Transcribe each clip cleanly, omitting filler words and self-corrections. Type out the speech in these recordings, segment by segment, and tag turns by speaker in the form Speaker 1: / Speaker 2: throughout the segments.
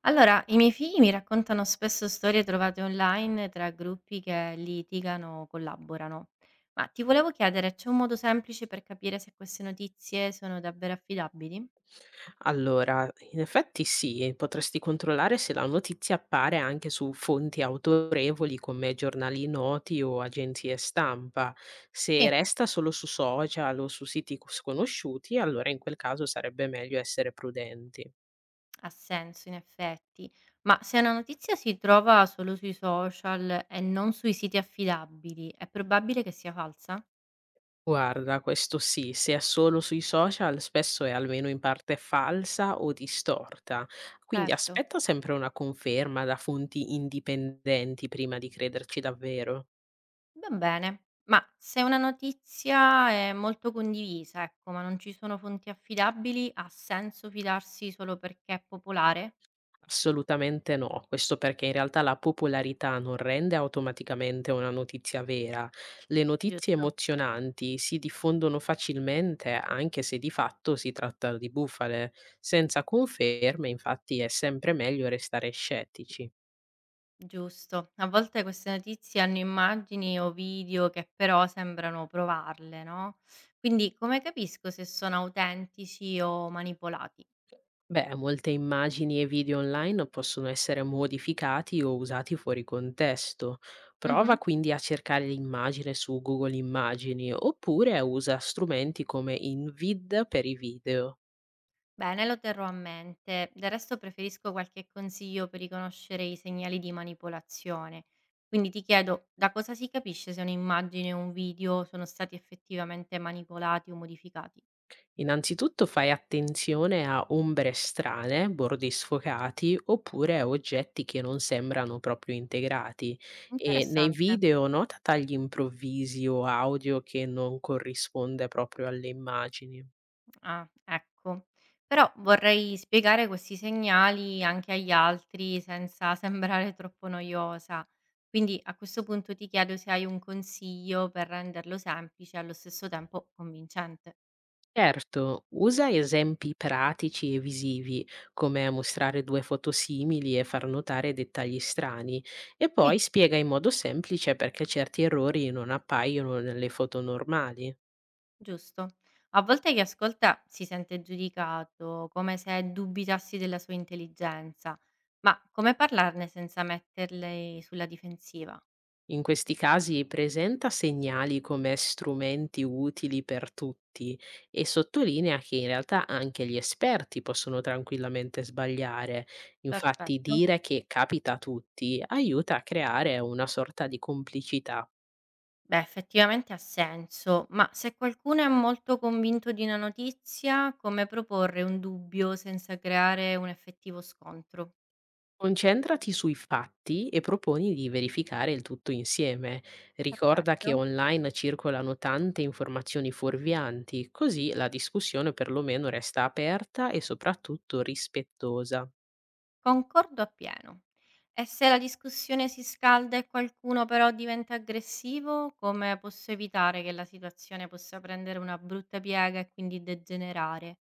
Speaker 1: Allora, i miei figli mi raccontano spesso storie trovate online tra gruppi che litigano o collaborano. Ma ti volevo chiedere, c'è un modo semplice per capire se queste notizie sono davvero affidabili?
Speaker 2: Allora, in effetti sì, potresti controllare se la notizia appare anche su fonti autorevoli come giornali noti o agenzie stampa. Se
Speaker 1: Sì,
Speaker 2: resta solo su social o su sconosciuti, allora in quel caso sarebbe meglio essere prudenti.
Speaker 1: ha senso, in effetti. Ma se una notizia si trova solo sui social e non sui siti affidabili, è probabile che sia falsa?
Speaker 2: Guarda, questo sì, se è solo sui social spesso è almeno in parte falsa o distorta, quindi
Speaker 1: Certo.
Speaker 2: aspetta sempre una conferma da fonti indipendenti prima di crederci davvero.
Speaker 1: Va bene, ma se una notizia è molto condivisa, ecco, ma non ci sono fonti affidabili, ha senso fidarsi solo perché è popolare?
Speaker 2: Assolutamente no, questo perché in realtà la popolarità non rende automaticamente una notizia vera. Le notizie
Speaker 1: Giusto,
Speaker 2: emozionanti si diffondono facilmente anche se di fatto si tratta di bufale. Senza conferme, infatti, è sempre meglio restare scettici.
Speaker 1: giusto. A volte queste notizie hanno immagini o video che però sembrano provarle, no? Quindi come capisco se sono autentici o manipolati?
Speaker 2: Beh, molte immagini e video online possono essere modificati o usati fuori contesto. Prova
Speaker 1: Mhm.
Speaker 2: quindi a cercare l'immagine su Google Immagini oppure usa strumenti come InVid per i video.
Speaker 1: Bene, lo terrò a mente. Del resto preferisco qualche consiglio per riconoscere i segnali di manipolazione. Quindi ti chiedo, da cosa si capisce se un'immagine o un video sono stati effettivamente manipolati o modificati?
Speaker 2: Innanzitutto fai attenzione a ombre strane, bordi sfocati oppure a oggetti che non sembrano proprio integrati, e nei
Speaker 1: Interessante.
Speaker 2: video nota tagli improvvisi o audio che non corrisponde proprio alle immagini.
Speaker 1: Ah, ecco. Però vorrei spiegare questi segnali anche agli altri senza sembrare troppo noiosa. Quindi a questo punto ti chiedo se hai un consiglio per renderlo semplice e allo stesso tempo convincente.
Speaker 2: Certo, usa esempi pratici e visivi, come mostrare due foto simili e far notare dettagli strani, e poi
Speaker 1: Sì.
Speaker 2: spiega in modo semplice perché certi errori non appaiono nelle foto normali.
Speaker 1: Giusto. A volte chi ascolta si sente giudicato, come se dubitassi della sua intelligenza, ma come parlarne senza metterli sulla difensiva?
Speaker 2: In questi casi presenta segnali come strumenti utili per tutti e sottolinea che in realtà anche gli esperti possono tranquillamente sbagliare. Infatti
Speaker 1: Perfetto.
Speaker 2: dire che capita a tutti aiuta a creare una sorta di complicità.
Speaker 1: Beh, effettivamente ha senso, ma se qualcuno è molto convinto di una notizia, come proporre un dubbio senza creare un effettivo scontro?
Speaker 2: Concentrati sui fatti e proponi di verificare il tutto insieme. Ricorda che
Speaker 1: Perfetto.
Speaker 2: online circolano tante informazioni fuorvianti, così la discussione perlomeno resta aperta e soprattutto rispettosa.
Speaker 1: Concordo appieno. E se la discussione si scalda e qualcuno però diventa aggressivo, come posso evitare che la situazione possa prendere una brutta piega e quindi degenerare?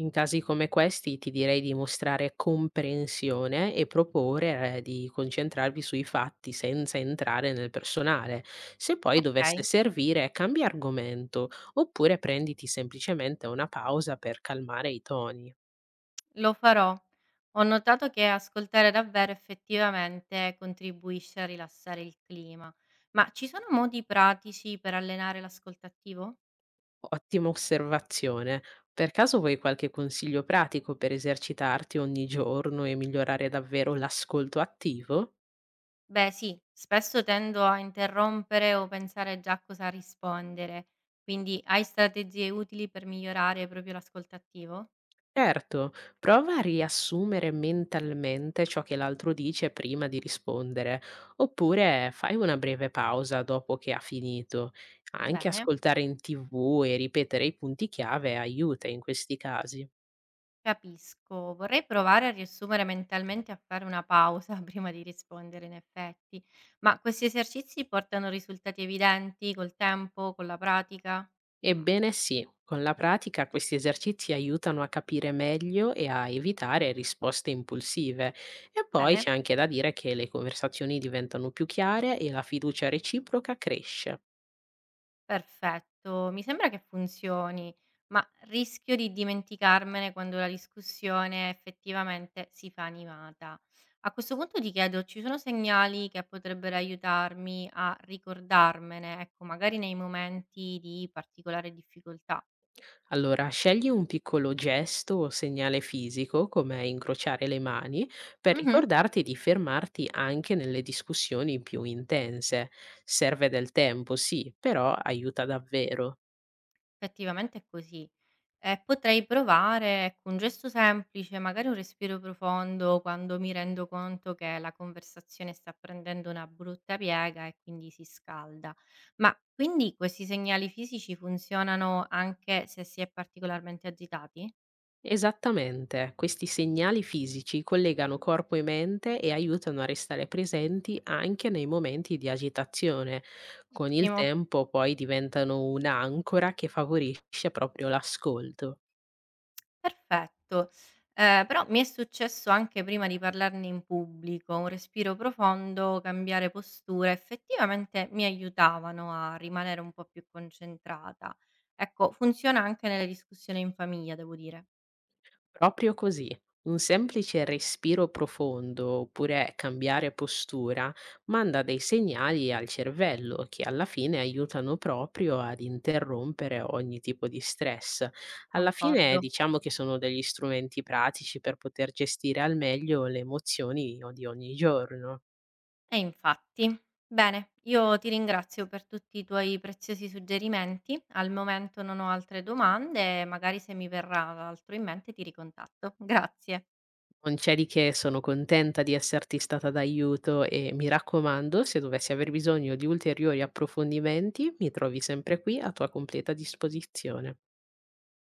Speaker 2: In casi come questi ti direi di mostrare comprensione e proporre di concentrarvi sui fatti senza entrare nel personale. Se poi
Speaker 1: Ok,
Speaker 2: dovesse servire, cambia argomento oppure prenditi semplicemente una pausa per calmare i toni.
Speaker 1: lo farò. Ho notato che ascoltare davvero effettivamente contribuisce a rilassare il clima, ma ci sono modi pratici per allenare l'ascolto attivo?
Speaker 2: Ottima osservazione. Per caso vuoi qualche consiglio pratico per esercitarti ogni giorno e migliorare davvero l'ascolto attivo?
Speaker 1: Beh sì, spesso tendo a interrompere o pensare già a cosa rispondere, quindi hai strategie utili per migliorare proprio l'ascolto attivo?
Speaker 2: Certo, prova a riassumere mentalmente ciò che l'altro dice prima di rispondere, oppure fai una breve pausa dopo che ha finito. Anche
Speaker 1: Bene,
Speaker 2: ascoltare in TV e ripetere i punti chiave aiuta in questi casi.
Speaker 1: capisco. Vorrei provare a riassumere mentalmente a fare una pausa prima di rispondere in effetti, ma questi esercizi portano risultati evidenti col tempo, con la pratica?
Speaker 2: Ebbene sì, con la pratica questi esercizi aiutano a capire meglio e a evitare risposte impulsive. E poi c'è
Speaker 1: Bene.
Speaker 2: anche da dire che le conversazioni diventano più chiare e la fiducia reciproca cresce.
Speaker 1: Perfetto, mi sembra che funzioni, ma rischio di dimenticarmene quando la discussione effettivamente si fa animata. A questo punto ti chiedo, ci sono segnali che potrebbero aiutarmi a ricordarmene, ecco, magari nei momenti di particolare difficoltà?
Speaker 2: Allora, scegli un piccolo gesto o segnale fisico, come incrociare le mani, per
Speaker 1: Mhm,
Speaker 2: ricordarti di fermarti anche nelle discussioni più intense. Serve del tempo, sì, però aiuta davvero.
Speaker 1: effettivamente è così. Potrei provare, ecco, un gesto semplice, magari un respiro profondo quando mi rendo conto che la conversazione sta prendendo una brutta piega e quindi si scalda. Ma quindi questi segnali fisici funzionano anche se si è particolarmente agitati?
Speaker 2: Esattamente, questi segnali fisici collegano corpo e mente e aiutano a restare presenti anche nei momenti di agitazione. Con il
Speaker 1: Ottimo.
Speaker 2: tempo poi diventano un'ancora che favorisce proprio l'ascolto.
Speaker 1: Perfetto. Però mi è successo anche prima di parlarne in pubblico, un respiro profondo, cambiare postura, effettivamente mi aiutavano a rimanere un po' più concentrata. Ecco, funziona anche nelle discussioni in famiglia, devo dire.
Speaker 2: Proprio così. Un semplice respiro profondo oppure cambiare postura manda dei segnali al cervello che alla fine aiutano proprio ad interrompere ogni tipo di stress. Alla fine
Speaker 1: Concordo.
Speaker 2: diciamo che sono degli strumenti pratici per poter gestire al meglio le di ogni giorno.
Speaker 1: E infatti. Bene, io ti ringrazio per tutti i tuoi preziosi suggerimenti. Al momento non ho altre domande e magari se mi verrà altro in mente ti ricontatto. Grazie.
Speaker 2: Non c'è di che, sono contenta di esserti stata d'aiuto e mi raccomando, se dovessi aver bisogno di ulteriori approfondimenti, mi trovi sempre qui a tua completa disposizione.